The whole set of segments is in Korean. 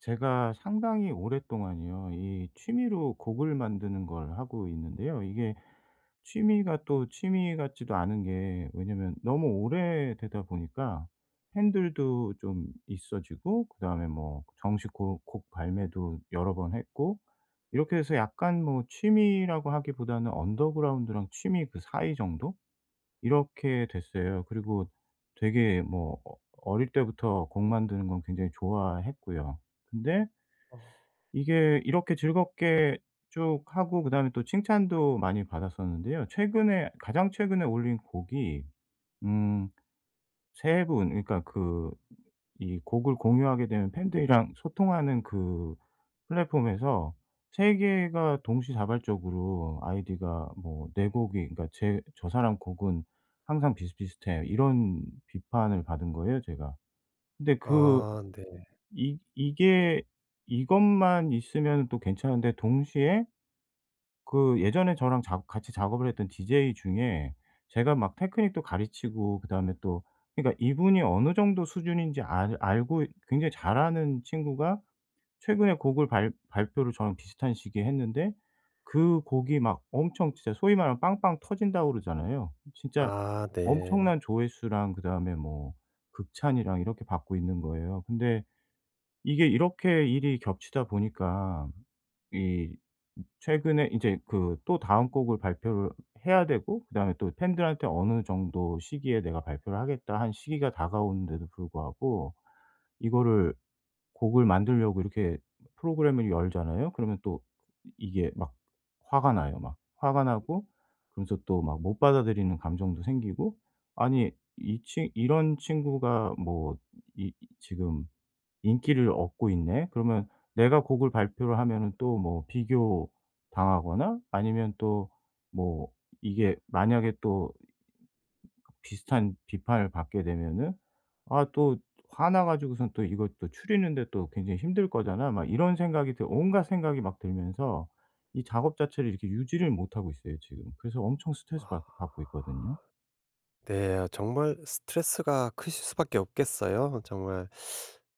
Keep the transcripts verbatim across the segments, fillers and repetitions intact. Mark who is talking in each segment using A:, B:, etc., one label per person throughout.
A: 제가 상당히 오랫동안이요, 이 취미로 곡을 만드는 걸 하고 있는데요. 이게 취미가 또 취미 같지도 않은 게, 왜냐면 너무 오래되다 보니까 팬들도 좀 있어지고, 그다음에 뭐 정식 곡, 곡 발매도 여러 번 했고, 이렇게 해서 약간 뭐 취미라고 하기보다는 언더그라운드랑 취미 그 사이 정도? 이렇게 됐어요. 그리고 되게 뭐 어- 어릴 때부터 곡 만드는 건 굉장히 좋아했고요. 근데
B: 어.
A: 이게 이렇게 즐겁게 쭉 하고, 그다음에 또 칭찬도 많이 받았었는데요. 최근에, 가장 최근에 올린 곡이, 음 세 분, 그러니까 그, 이 곡을 공유하게 되면 팬들이랑 소통하는 그 플랫폼에서 세 개 개가 동시다발적으로 아이디가 뭐 "내 곡이, 그러니까 제, 저 사람 곡은 항상 비슷비슷해." 이런 비판을 받은 거예요, 제가. 근데 그,
B: 아 네.
A: 이 이게 이것만 있으면 또 괜찮은데, 동시에 그 예전에 저랑 작 같이 작업을 했던 디제이 중에, 제가 막 테크닉도 가르치고, 그다음에 또, 그러니까 이분이 어느 정도 수준인지 알 알고 굉장히 잘하는 친구가 최근에 곡을 발 발표를 저랑 비슷한 시기에 했는데, 그 곡이 막 엄청, 진짜 소위 말하면 빵빵 터진다고 그러잖아요, 진짜.
B: 아 네.
A: 엄청난 조회수랑 그다음에 뭐 극찬이랑 이렇게 받고 있는 거예요. 근데 이게 이렇게 일이 겹치다 보니까, 이 최근에 이제 그, 또 다음 곡을 발표를 해야 되고, 그다음에 또 팬들한테 어느 정도 시기에 '내가 발표를 하겠다.' 한 시기가 다가오는데도 불구하고, 이거를, 곡을 만들려고 이렇게 프로그램을 열잖아요. 그러면 또 이게 막 화가 나요. 막 화가 나고 그러면서 또 막 못 받아들이는 감정도 생기고, 아니, 이 친 이런 친구가 뭐 이, 지금 인기를 얻고 있네. 그러면 내가 곡을 발표를 하면은 또 뭐 비교당하거나, 아니면 또 뭐 이게 만약에 또 비슷한 비판을 받게 되면은, '아, 또 화나 가지고선 또 이것도 추리는데 또 굉장히 힘들 거잖아.' 막 이런 생각이 들 온갖 생각이 막 들면서, 이 작업 자체를 이렇게 유지를 못하고 있어요, 지금. 그래서 엄청 스트레스 받
B: 아
A: 받고 있거든요.
B: 네. 아 정말 스트레스가 크실 수밖에 없겠어요. 정말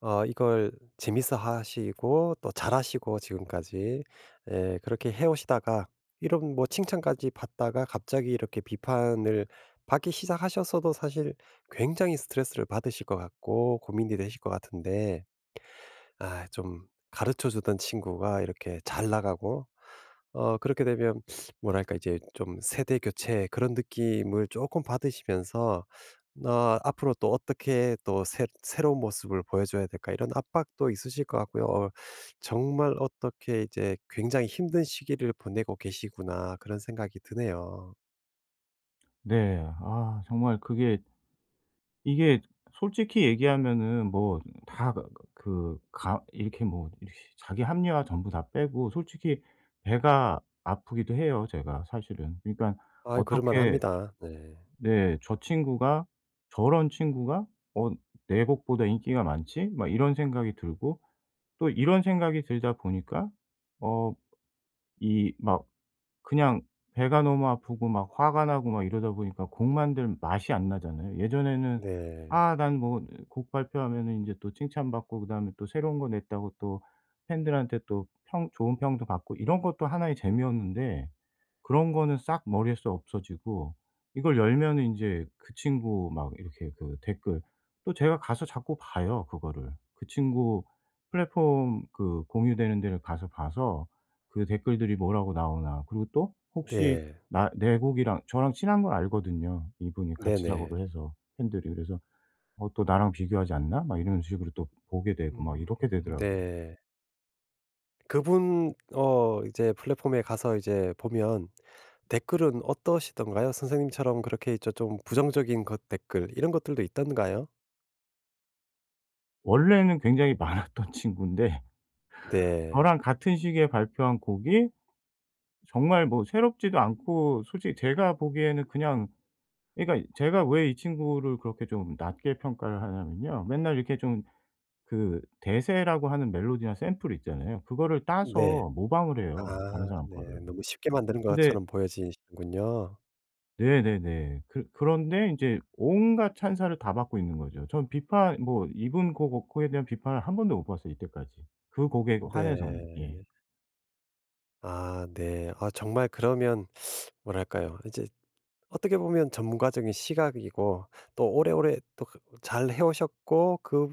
B: 어 이걸 재밌어 하시고 또 잘하시고 지금까지 예 그렇게 해 오시다가 이런 뭐 칭찬까지 받다가 갑자기 이렇게 비판을 받기 시작하셔서도 사실 굉장히 스트레스를 받으실 것 같고 고민이 되실 것 같은데 아 좀 가르쳐 주던 친구가 이렇게 잘 나가고 어 그렇게 되면 뭐랄까 이제 좀 세대 교체 그런 느낌을 조금 받으시면서 어. 앞으로 또 어떻게 또 새 새로운 모습을 보여줘야 될까 이런 압박도 있으실 것 같고요. 어. 정말 어떻게 이제 '굉장히 힘든 시기를 보내고 계시구나.' 그런 생각이 드네요.
A: 네. 아, 정말 그게, 이게 솔직히 얘기하면은, 뭐다그 그 가 이렇게 뭐 이렇게 자기 합리화 전부 다 빼고 솔직히, 배가 아프기도 해요, 제가 사실은. 그러니까
B: 아 그럴만
A: 어떻게,
B: 합니다. 네.
A: 네, 저 친구가, '저런 친구가, 어 내 곡보다 인기가 많지?' 막 이런 생각이 들고, 또 이런 생각이 들다 보니까 어이막 그냥 배가 너무 아프고 막 화가 나고, 막 이러다 보니까 곡 만들 맛이 안 나잖아요. 예전에는
B: 네.
A: '아, 난 뭐 곡 발표하면은 인제 또 칭찬받고, 그다음에 또 새로운 거 냈다고 또 팬들한테 또 평 좋은 평도 받고.' 이런 것도 하나의 재미였는데, 그런 거는 싹 머리에서 없어지고, 이걸 열면은 인제 그 친구 막 이렇게 그 댓글, 또 제가 가서 자꾸 봐요 그거를. 그 친구 플랫폼, 그 공유되는 데를 가서 봐서, 그 댓글들이 뭐라고 나오나. 그리고 또 혹시
B: 네.
A: 나 내 곡이랑 저랑 친한 걸 알거든요, 이분이 같이
B: 네네.
A: 작업을 해서, 팬들이. 그래서 '어, 또 나랑 비교하지 않나?' 막 이런 식으로 또 보게
B: 음
A: 되고, 막
B: 음,
A: 이렇게
B: 음.
A: 되더라고요.
B: 네. 그분 어 이제 플랫폼에 가서 이제 보면 댓글은 어떠시던가요? 선생님처럼 그렇게 있죠. 좀 부정적인 것 댓글 이런 것들도 있던가요?
A: 원래는 굉장히 많았던 친구인데,
B: 네.
A: 저랑 같은 시기에 발표한 곡이 정말 뭐 새롭지도 않고, 솔직히 제가 보기에는 그냥, 그러니까 제가 왜 이 친구를 그렇게 좀 낮게 평가를 하냐면요, 맨날 이렇게 좀 그 대세라고 하는 멜로디나 샘플 있잖아요, 그거를
B: 네.
A: 따서 모방을
B: 아
A: 해요, 다른 사람 거를.
B: 네. 너무 쉽게 만드는
A: 근데
B: 것처럼 보여지시는군요.
A: 네네네. 그 그런데 인제 온갖 찬사를 다 받고 있는 거죠. 전 비판, 뭐 이분 곡, 그 곡에 대한 비판을 한 번도 못 봤어요, 이때까지. 그 곡에 한해서는. 예.
B: 네. 아 네. 아 정말 그러면 뭐랄까요? 이제 어떻게 보면 전문가적인 시각이고 또 오래오래 또 그 잘 해 오셨고 그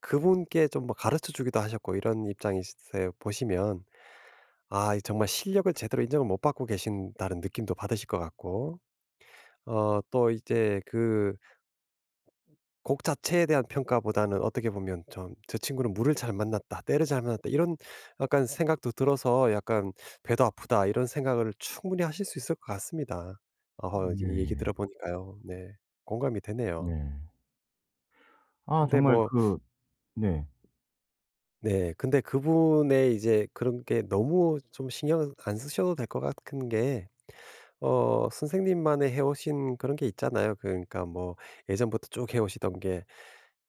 B: 그분께 좀 뭐 가르쳐 주기도 하셨고 이런 입장이세요 보시면 아 이 정말 실력을 제대로 인정을 못 받고 계신다는 느낌도 받으실 것 같고 어 또 이제 그 곡 자체에 대한 평가보다는 어떻게 보면 좀 '저 친구는 물을 잘 만났다. 때를 잘 만났다.' 이런 약간 생각도 들어서 약간 '배도 아프다.' 이런 생각을 충분히 하실 수 있을 것 같습니다. 어 이 얘기
A: 예예.
B: 들어 보니까요. 네. 공감이 되네요.
A: 네. 아,
B: 근데
A: 정말
B: 뭐
A: 그. 네.
B: 네 근데 그분의 이제 그런 게 너무 좀 신경 안 쓰셔도 될 것 같은 게 어 선생님만의 해 오신 그런 게 있잖아요. 그러니까 뭐 예전부터 쭉 해 오시던 게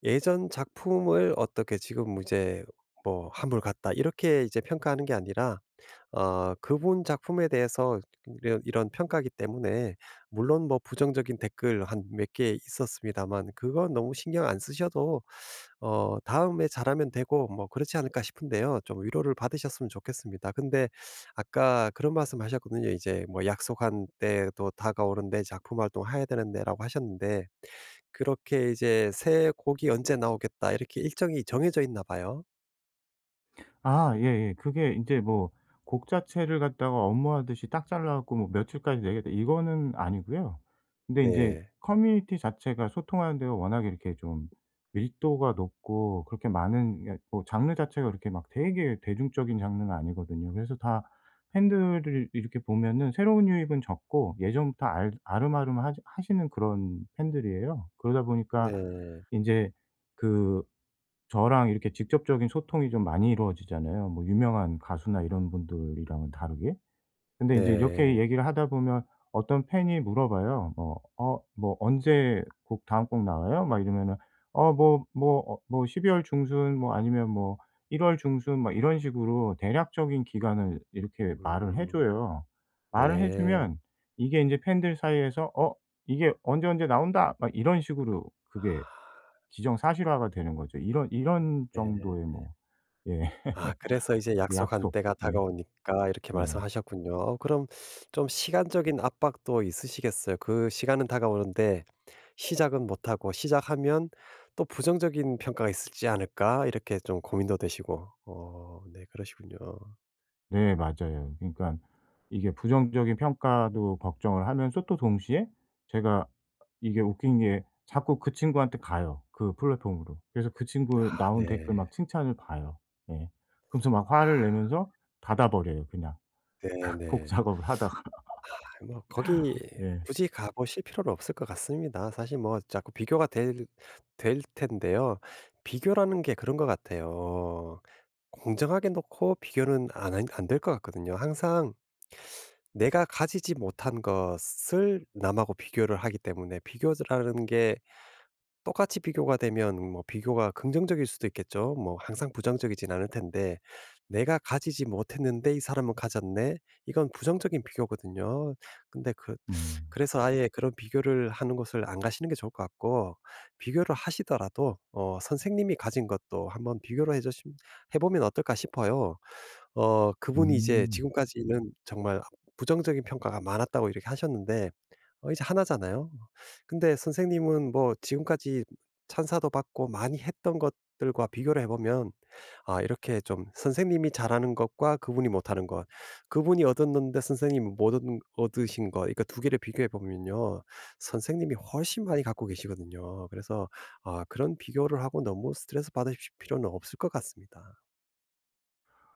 B: 예전 작품을 어떻게 지금 이제 뭐 '한물 같다.' 이렇게 이제 평가하는 게 아니라 아 그분 작품에 대해서 이런 이런 평가기 때문에 물론 뭐 부정적인 댓글 한 몇 개 있었습니다만 그건 너무 신경 안 쓰셔도 어 다음에 잘하면 되고 뭐 그렇지 않을까 싶은데요. 좀 위로를 받으셨으면 좋겠습니다. 근데 아까 그런 말씀하셨거든요. 이제 뭐 "약속한 때도 다가오는데 작품 활동해야 되는데."라고 하셨는데 그렇게 이제 "새 곡이 언제 나오겠다." 이렇게 일정이 정해져 있나 봐요.
A: 아, 예예. 그게 인제 뭐, 곡 자체를 갖다가 업무하듯이 딱 잘라 갖고 뭐 며칠까지 내겠다, 이거는 아니고요. 근데 인제
B: 네.
A: 커뮤니티 자체가 소통하는 데가 워낙에 이렇게 좀 밀도가 높고, 그렇게 많은, 그러니까 뭐 장르 자체가 그렇게 막 되게 대중적인 장르는 아니거든요. 그래서 다 팬들을 이렇게 보면은 새로운 유입은 적고, 예전부터 알 아름아름 하시 하시는 그런 팬들이에요. 그러다 보니까
B: 네.
A: 인제 그, 저랑 이렇게 직접적인 소통이 좀 많이 이루어지잖아요, 뭐 유명한 가수나 이런 분들이랑은 다르게. 근데 인제 이렇게
B: 네.
A: 얘기를 하다 보면, 어떤 팬이 물어봐요. 뭐 "어 뭐 언제 곡 다음 곡 나와요?" 막 이러면은 "어 뭐 뭐 어 뭐 십이월 중순, 뭐 아니면 뭐 일월 중순." 막 이런 식으로 대략적인 기간을 이렇게 말을 해
B: 음.
A: 줘요. 말을 해
B: 네.
A: 주면 이게 인제 팬들 사이에서 "어 이게 언제, 언제 나온다." 막 이런 식으로 그게 기정사실화가 되는 거죠. 이런 이런
B: 네.
A: 정도의 뭐. 예.
B: 아 그래서 이제
A: 그
B: 약속한
A: 약속.
B: 때가
A: 네.
B: 다가오니까 이렇게
A: 네.
B: 말씀하셨군요. 어 그럼 좀 시간적인 압박도 있으시겠어요. 그 시간은 다가오는데 시작은 못 하고 시작하면 또 부정적인 평가가 있지 을 않을까 이렇게 좀 고민도 되시고. 어 네 그러시군요.
A: 네, 맞아요. 그러니깐 이게 부정적인 평가도 걱정을 하면서 또 동시에, 제가, 이게 웃긴 게 자꾸 그 친구한테 가요, 그 플랫폼으로. 그래서 그 친구
B: 아
A: 나온 댓글
B: 네.
A: 막 칭찬을 봐요. 예. 그러면서 막
B: 아
A: 화를 내면서 닫아 버려요, 그냥. 곡
B: 네네.
A: 작업을 하다가.
B: 뭐 거기
A: 예.
B: 굳이 가보실 필요는 없을 것 같습니다. 사실 뭐 자꾸 비교가 될 될 텐데요. 비교라는 게 그런 것 같아요. 공정하게 놓고 비교는 안 안 될 것 같거든요. 항상 내가 가지지 못한 것을 남하고 비교를 하기 때문에 비교라는 게 똑같이 비교가 되면 뭐 비교가 긍정적일 수도 있겠죠. 뭐 항상 부정적이진 않을 텐데 '내가 가지지 못했는데 이 사람은 가졌네.' 이건 부정적인 비교거든요. 근데 그
A: 음.
B: 그래서 아예 그런 비교를 하는 곳을 안 가시는 게 좋을 것 같고 비교를 하시더라도 어 선생님이 가진 것도 한번 비교를 해 주시 해 보면 어떨까 싶어요. 어 그분이 이제
A: 음.
B: 지금까지는 정말 부정적인 평가가 많았다고 이렇게 하셨는데 어 이제 하나 잖아요. 근데 선생님은 뭐 지금까지 찬사도 받고 많이 했던 것들과 비교를 해 보면 아 이렇게 좀 선생님이 잘하는 것과 그분이 못하는 것, 그분이 얻었는데 선생님이 못 얻 얻으신 것 그러니까 두 개를 비교해 보면요. 선생님이 훨씬 많이 갖고 계시거든요. 그래서 아 그런 비교를 하고 너무 스트레스 받으실 필요는 없을 것 같습니다.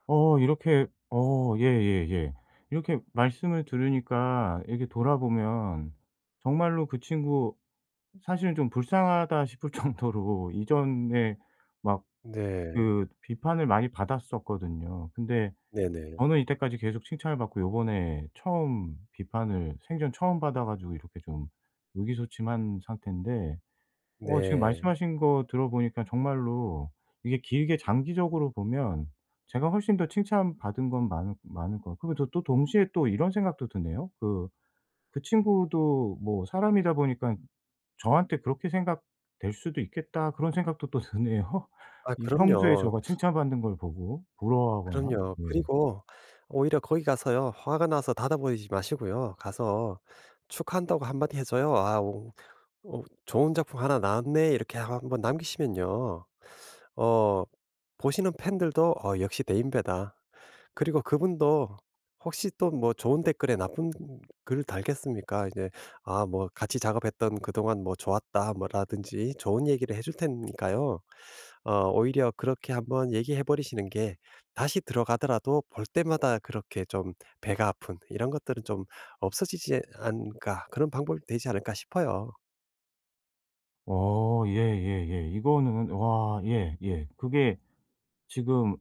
A: 어 이렇게, 어 예예예. 이렇게 말씀을 들으니까 이렇게 돌아보면, 정말로 그 친구 사실은 좀 불쌍하다 싶을 정도로 이전에 막
B: 네.
A: 그 비판을 많이 받았었거든요. 근데
B: 네네.
A: 저는 이때까지 계속 칭찬을 받고, 요번에 처음 비판을, 생전 처음 받아 가지고 이렇게 좀 의기소침한 상태인데, 어 지금
B: 네.
A: 말씀하신 거 들어보니까 정말로 이게 길게 장기적으로 보면, 제가 훨씬 더 칭찬받은 건 많을 많을 것 같고, 그리고 또 또 동시에 또 이런 생각도 드네요. 그, 그 친구도 뭐 사람이다 보니까 '저한테 그렇게 생각될 수도 있겠다.' 그런 생각도 또 드네요.
B: 아
A: 이, 평소에
B: 그럼요.
A: 저가 칭찬받는 걸 보고 부러워하거나.
B: 그럼요.
A: 예.
B: 그리고 오히려 거기 가서요. 화가 나서 닫아버리지 마시고요. 가서 축하한다고 한마디 해줘요. "아 오 오, 좋은 작품 하나 나왔네." 이렇게 한번 남기시면요. 어 보시는 팬들도 '어 역시 대인배다.' 그리고 그분도 혹시 또 뭐 좋은 댓글에 나쁜 글을 달겠습니까? 이제 아 뭐 같이 작업했던 '그동안 뭐 좋았다.' 뭐 라든지 좋은 얘기를 해줄 테니까요. 어 오히려 그렇게 한번 얘기해 버리시는 게 다시 들어가더라도 볼 때마다 그렇게 좀 배가 아픈 이런 것들은 좀 없어지지 않을까 그런 방법이 되지 않을까 싶어요.
A: 어 예예예. 이거는 와, 예, 예. 그게 지금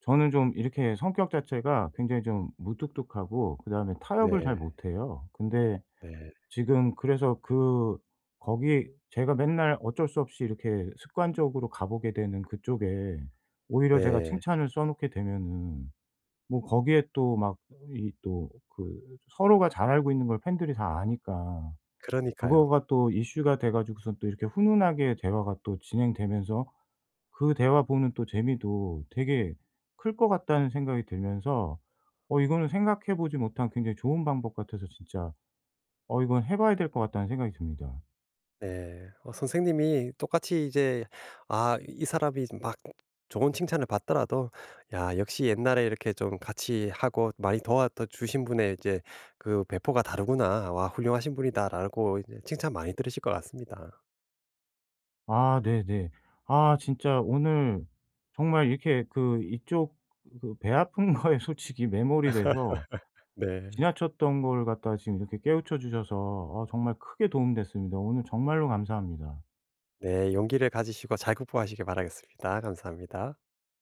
A: 저는 좀 이렇게 성격 자체가 굉장히 좀 무뚝뚝하고, 그다음에 타협을 잘
B: 네.
A: 못해요. 근데
B: 네.
A: 지금 그래서 그, 거기 제가 맨날 어쩔 수 없이 이렇게 습관적으로 가보게 되는 그쪽에 오히려 제가
B: 네.
A: 칭찬을 써 놓게 되면은, 뭐 거기에 또 막 이 또 그 서로가 잘 알고 있는 걸 팬들이 다 아니까,
B: 그러니까요.
A: 그거가 또 이슈가 돼 가지고선 또 이렇게 훈훈하게 대화가 또 진행되면서, 그 대화 보는 또 재미도 되게 클 것 같다는 생각이 들면서, 어 이거는 생각해 보지 못한 굉장히 좋은 방법 같아서, 진짜 어 이건 해 봐야 될 것 같다는 생각이 듭니다.
B: 네. 어 선생님이 똑같이 이제 아 이 사람이 막 좋은 칭찬을 받더라도 '야 역시 옛날에 이렇게 좀 같이 하고 많이 도와 주신 분의 이제 그 배포가 다르구나. 와 훌륭하신 분이다.'라고 이제 칭찬 많이 들으실 것 같습니다.
A: 아, 네네. 아, 진짜 오늘 정말 이렇게, 그 이쪽, 그 배 아픈 거에 솔직히 매몰이 돼서
B: 네.
A: 지나쳤던 걸 갖다가 지금 이렇게 깨우쳐 주셔서, 어 정말 크게 도움됐습니다. 오늘 정말로 감사합니다.
B: 네. 용기를 가지시고 잘 극복하시길 바라겠습니다. 감사합니다.